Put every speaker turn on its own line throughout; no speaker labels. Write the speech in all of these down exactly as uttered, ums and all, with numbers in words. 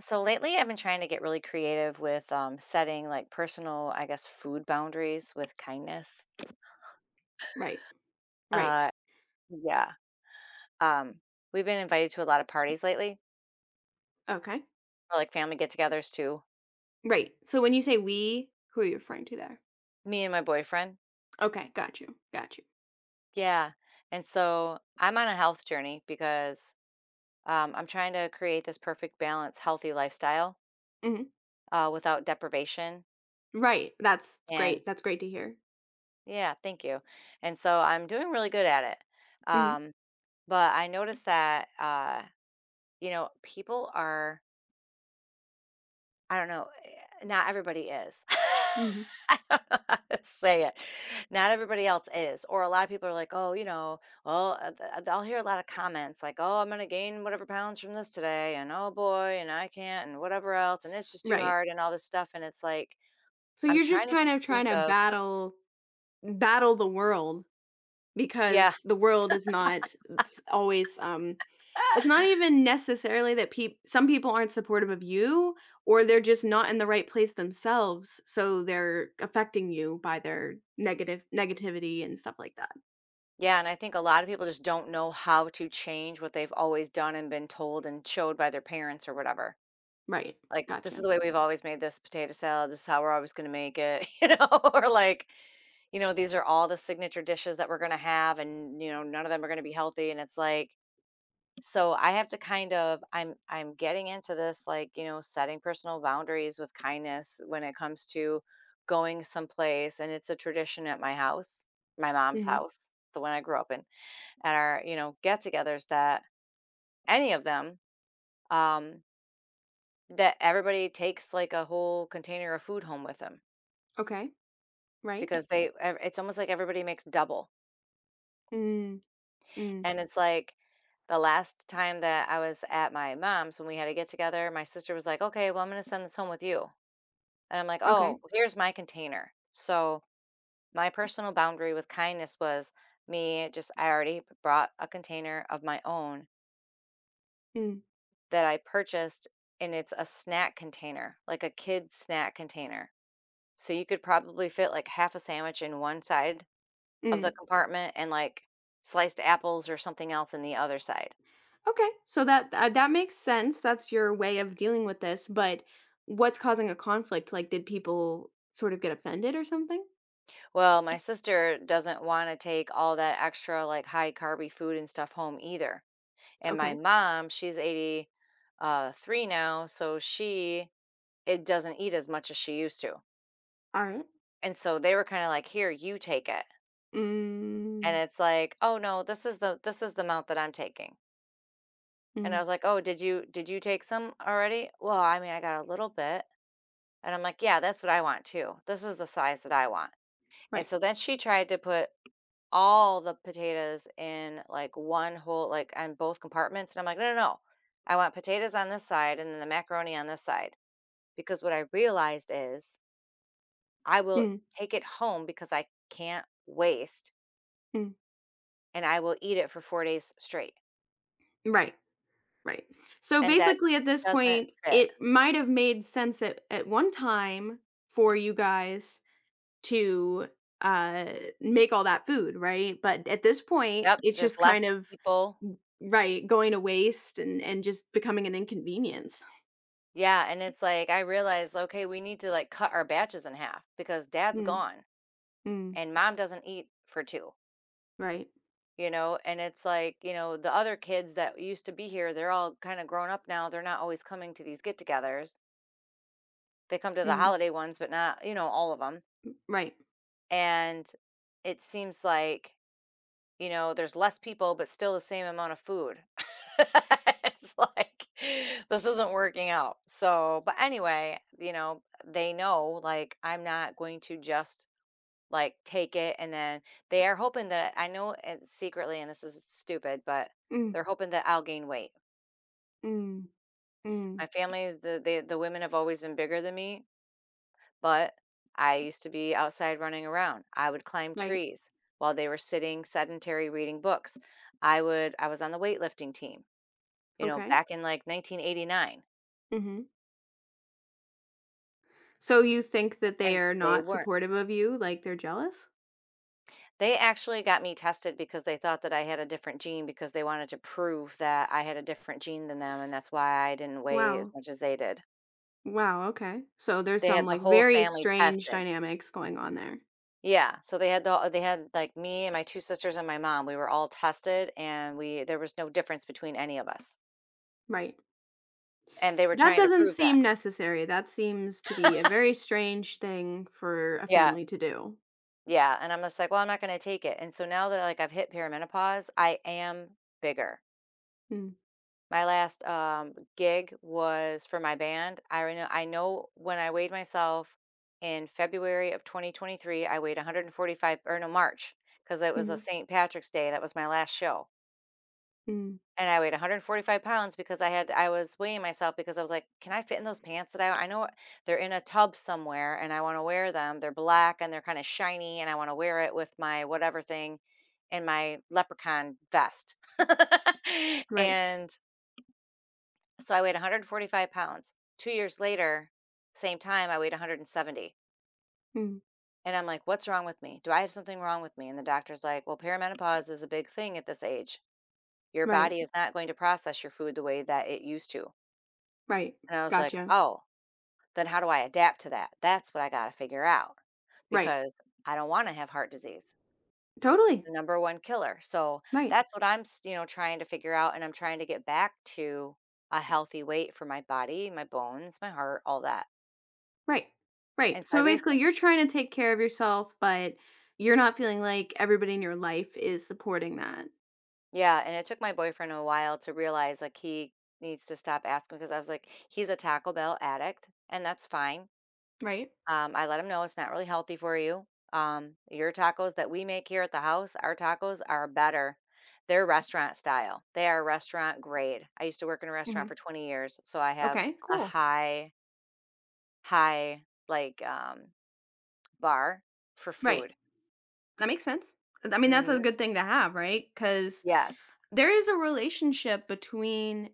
So lately, I've been trying to get really creative with um, setting like personal, I guess, food boundaries with kindness.
Right. Right.
Uh, yeah. Um, we've been invited to a lot of parties lately,
Okay.
or like family get togethers too.
Right. So when you say we, who are you referring to there?
Me and my boyfriend.
Okay, got you. Got you.
Yeah. And so I'm on a health journey because um, I'm trying to create this perfect balance, healthy lifestyle
Hmm.
uh, without deprivation.
Right. That's
And
great. That's great to hear.
yeah, thank you. And so I'm doing really good at it.
Hmm.
Um, but I noticed that. Uh, You know, people are, I don't know, eh, not everybody is.
Hmm.
I don't know how to say it. Not everybody else is, or a lot of people are like, "Oh, you know, well," uh, th- uh, I'll hear a lot of comments like, "Oh, I'm gonna gain whatever pounds from this today," and "Oh boy," and "I can't," and whatever else, and it's just too
Right.
hard, and all this stuff, and it's like
So
I'm
you're
trying
just
to
kind of
think
trying to
of.
battle battle the world
Yeah,
because the world is not it's always um it's not even necessarily that people some people aren't supportive of you, or they're just not in the right place themselves, so they're affecting you by their negative negativity and stuff like that.
yeah, and I think a lot of people just don't know how to change what they've always done and been told and showed by their parents or whatever.
Right.
Like, "This is
Gotcha.
the way we've always made this potato salad. This is how we're always gonna make it," you know, or like, you know, "These are all the signature dishes that we're gonna have, and, you know, none of them are gonna be healthy," and it's like, so I have to kind of, I'm I'm getting into this, like, you know, setting personal boundaries with kindness when it comes to going someplace, and it's a tradition at my house, my mom's
Mhm.
house, the one I grew up in, at our, you know, get-togethers that any of them, um that everybody takes like a whole container of food home with them,
Okay. Right.
because they ev- it's almost like everybody makes double.
Mm, mm.
And it's like, the last time that I was at my mom's, when we had to get together, my sister was like, "Okay, well, I'm going to send this home with you." And I'm like, "Oh,
Okay.
here's my container." So my personal boundary with kindness was, me just I already brought a container of my own
Mm,
that I purchased, and it's a snack container, like a kid snack container, so you could probably fit like half a sandwich in one side of the
mm.
compartment, and like sliced apples or something else in the other side.
Okay. So that uh, that makes sense. That's your way of dealing with this, but what's causing a conflict? Like did people sort of get offended or something?
Well, my sister doesn't want to take all that extra like high carby food and stuff home either. And my
Okay.
mom, she's eighty uh, three now, so she it doesn't eat as much as she used to.
All right.
And so they were kind of like, "Here, you take it." And
Mm,
it's like, "Oh no, this is the this is the amount that I'm taking." And I
mm.
was like, "Oh, did you did you take some already?" "Well, I mean, I got a little bit." And I'm like, "Yeah, that's what I want too. This is the size that I want." And
Right.
so then she tried to put all the potatoes in like one whole, like on both compartments. And I'm like, no, no, no. I want potatoes on this side and then the macaroni on this side. Because what I realized is, I will
Mm,
take it home because I can't waste,
mm.
and I will eat it for four days straight.
Right. Right. So
And that
basically at this
doesn't
point,
fit.
it might have made sense at, at one time for you guys to, uh, make all that food, right? But at this point,
Yep.
it's
There's
just kind
less
of
people.
mm, right, going to waste and and just becoming an inconvenience.
Yeah. And it's like, I realized, okay, we need to like cut our batches in half, because dad's
Mm,
gone
mm,
and mom doesn't eat for two.
right.
you know and it's like, you know the other kids that used to be here, they're all kind of grown up now, they're not always coming to these get-togethers. They come to the
Mm,
holiday ones but not, you know all of them.
right.
And it seems like, you know there's less people but still the same amount of food. It's like, this isn't working out. So but anyway, you know they know like I'm not going to just like, take it, and then they are hoping that I know, it's secretly, and this is stupid, but
Mm,
they're hoping that I'll gain weight.
mm, mm,
My family's is the they the women have always been bigger than me, but I used to be outside running around. I would climb
right.
trees while they were sitting sedentary reading books. I would I was on the weightlifting team, you know,
Okay.
back in, like, nineteen eighty-nine,
Mhm. So you think that they
and
are
they
not
weren't.
supportive of you, like, they're jealous?
They actually got me tested because they thought that I had a different gene, because they wanted to prove that I had a different gene than them, and that's why I didn't weigh as
Wow.
much as they did.
Wow, okay. So there's
They
some,
had the
like,
whole
very
family
strange
tested.
dynamics going on there.
Yeah, so they had the they had, like, me and my two sisters and my mom, we were all tested, and we there was no difference between any of us,
Right.
and they were
That
trying to
doesn't
prove that.
seem necessary. That seems to be a very strange thing for a
Yeah,
family to do.
yeah, and I'm just like, "Well, I'm not gonna take it," and so now that, like, I've hit perimenopause, I am bigger.
Mm,
My last, um, gig was for my band. I reno I know when I weighed myself in February of twenty twenty-three, I weighed one hundred forty-five, or no, March because it was a
mhm,
Saint Patrick's Day, that was my last show,
mm,
and I weighed one hundred forty-five pounds, because I had I was weighing myself because I was like, "Can I fit in those pants that I I know they're in a tub somewhere, and I wanna wear them. They're black, and they're kinda shiny, and I wanna wear it with my whatever thing and my leprechaun vest."
right,
And so I weighed one hundred forty-five pounds. Two years later, same time, I weighed one hundred seventy.
mm,
And I'm like, what's wrong with me? Do I have something wrong with me? And the doctor's like, well, perimenopause is a big thing at this age. Your
right,
body is not going to process your food the way that it used to.
right.
And I was like,
Gotcha.
oh, then how do I adapt to that? That's what I got to figure out,
Right.
because I don't want to have heart disease. It's
Totally.
the number one killer. So
Right,
that's what I'm, s- you know, trying to figure out. And I'm trying to get back to a healthy weight for my body, my bones, my heart, all that.
right,
And
right.
so I
So basically, you're
recently.
trying to take care of yourself, but you're not feeling like everybody in your life is supporting that,
Yeah, and it took my boyfriend a while to realize like he needs to stop asking, because I was like, he's a Taco Bell addict, and that's fine.
right?
Um, I let him know it's not really healthy for you. Um, your tacos that we make here at the house, our tacos are better. They're restaurant style. They are restaurant grade. I used to work in a
Hmm.
restaurant for 20 years, so I have
Okay,
a
cool.
high, high like um bar for
Right.
food.
That makes sense. I mean, that's a
Hmm.
good thing to have, right? Because
Yes.
there is a relationship between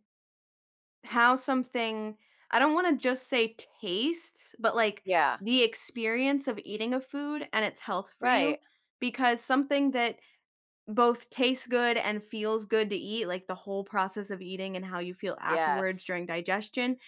how something I don't wanna just say tastes, but, like,
Yeah.
the experience of eating a food and its health for you,
Right.
because something that both tastes good and feels good to eat, like, the whole process of eating and how you feel afterwards
Yes.
during digestion,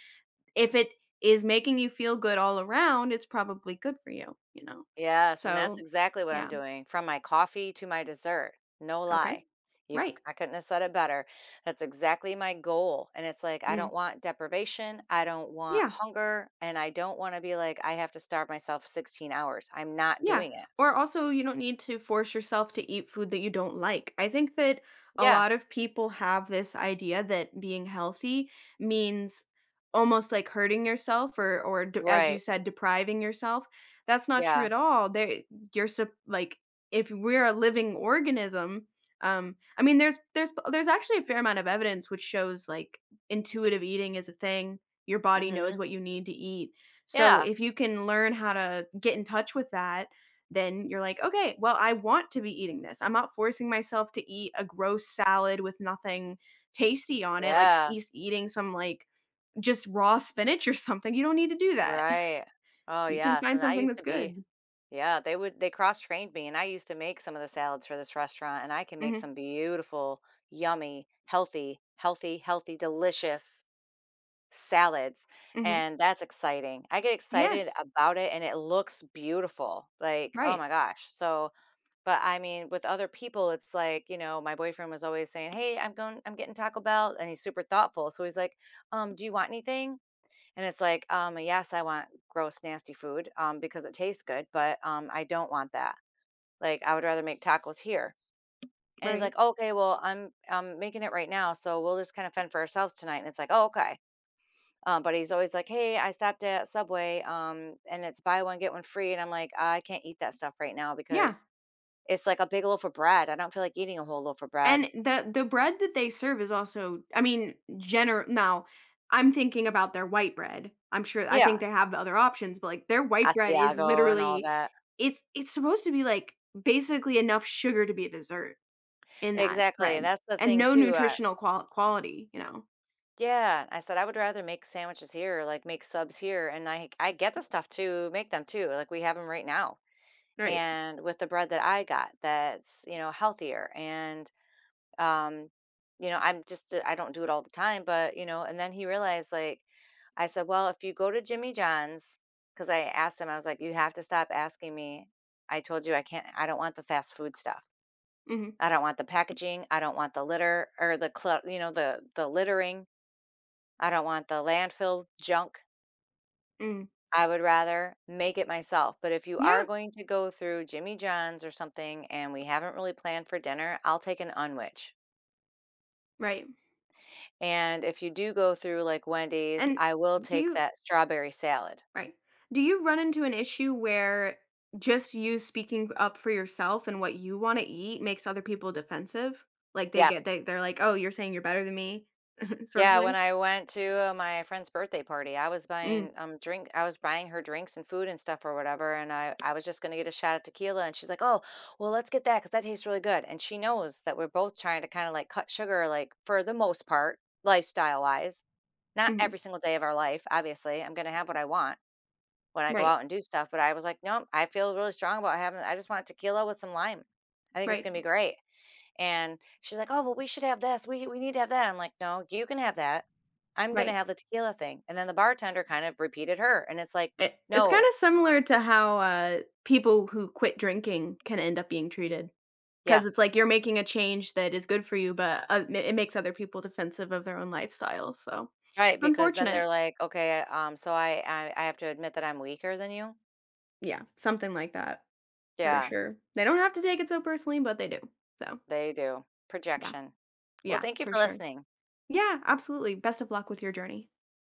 if it is making you feel good all around, it's probably good for you, you know?
Yes, and that's
So,
exactly what I'm
yeah.
doing from my coffee to my dessert. No
Okay.
lie. You
Right.
I couldn't have said it better. That's exactly my goal. And it's like, I
Mm.
don't want deprivation, I don't want
Yeah.
hunger, and I don't want to be like I have to starve myself 16 hours. I'm not
Yeah.
doing it.
Or also, you don't need to force yourself to eat food that you don't like. I think that a
Yeah.
lot of people have this idea that being healthy means almost like hurting yourself or or d- as you
Right.
said, depriving yourself. That's not true
Yeah.
at all. There you're sup- like, if we're a living organism, um I mean there's there's there's actually a fair amount of evidence which shows like intuitive eating is a thing. Your body knows
Mhm.
what you need to eat. So
Yeah.
if you can learn how to get in touch with that, then you're like, okay, well, I want to be eating this. I'm not forcing myself to eat a gross salad with nothing tasty on it, like
Yeah.
eas eating some like just raw spinach or something. You don't need to do that.
Right. Oh,
You can
yes.
find
And I
something
used
that's
to be.
good.
Yeah, they would they cross-trained me, and I used to make some of the salads for this restaurant, and I can make
Mhm,
some beautiful, yummy, healthy, healthy, healthy, delicious salads,
mhm.
and that's exciting. I get excited
Yes.
about it, and it looks beautiful. Like, oh my
Right,
gosh. So, but I mean, with other people, it's like, you know, my boyfriend was always saying, "Hey, I'm going I'm getting Taco Bell," and he's super thoughtful. So he's like, "Um, do you want anything?" And it's like, um, yes, I want gross, nasty food, um, because it tastes good, but um, I don't want that. Like, I would rather make tacos here. And he's
right.
like, "Okay, well, I'm I'm making it right now, so we'll just kind of fend for ourselves tonight." And it's like, "Oh, okay." Um, but he's always like, "Hey, I stopped at Subway, um, and it's buy one get one free." And I'm like, "I can't eat that stuff right now
Yeah.
because it's like a big loaf of bread. I don't feel like eating a whole loaf of
And
bread."
the the bread that they serve is also, I mean, general. Now, I'm thinking about their white bread. I'm sure I think
Yeah,
they have other options, but, like, their white bread is
Asiago and all of
literally
that.
it's it's supposed to be, like, basically enough sugar to be a dessert in that
Exactly.
bread
That's the
and
thing
no
too. I,
nutritional qual quality, you know?
yeah, I said I would rather make sandwiches here, like make subs here, and I I get the stuff to make them too. Like we have them right now.
Right.
And with the bread that I got that's, you know, healthier and um you know, I'm just uh, I don't do it all the time, but you know, and then he realized like I said, "Well, if you go to Jimmy John's, cuz I asked him I was like, "You have to stop asking me. I told you I can't I don't want the fast food stuff.
Mhm.
I don't want the packaging, I don't want the litter or the cl- you know, the the littering. I don't want the landfill junk.
Mm.
I would rather make it myself, but if you are
Yeah,
going to go through Jimmy John's or something and we haven't really planned for dinner, I'll take an unwich,
right.
and if you do go through, like, Wendy's,
And
I will
do
take
you
that strawberry salad.
Right. Do you run into an issue where just you speaking up for yourself and what you want to eat makes other people defensive? Like they get
Yes.
they they're like, "Oh, you're saying you're better than me," sort of
Yeah, when
thing.
I went to, uh, my friend's birthday party, I was
Mm,
buying, um, drink I was buying her drinks and food and stuff or whatever, and I I was just gonna get a shot of tequila, and she's like, "Oh, well, let's get that because that tastes really good," and she knows that we're both trying to kinda, like, cut sugar, like, for the most part, lifestyle-wise. Not
mhm.
every single day of our life, obviously, I'm gonna have what I want when I go
Right,
out and do stuff, but I was like, "Nope, I feel really strong about having I just want tequila with some lime. I think it's
right,
gonna be great." And she's like, "Oh, well, we should have this. We we need to have that." I'm like, "No, you can have that. I'm gonna
right.
have the tequila thing." And then the bartender kind of repeated her, and it's like,
It, it's kind
"No,
of similar to how uh, people who quit drinking can end up being treated,
yeah,
because it's like you're making a change that is good for you, but uh, ma- it makes other people defensive of their own lifestyles. So
right." Because then they're
unfortunate.
like, "Okay, um, so I I, I have to admit that I'm weaker than you."
Yeah, something like that. For
Yeah,
sure. They don't have to take it so personally, but they do. So,
they do
yeah.
projection. Well,
Yeah,
thank you
for
for
sure.
listening.
Yeah, absolutely. Best of luck with your journey.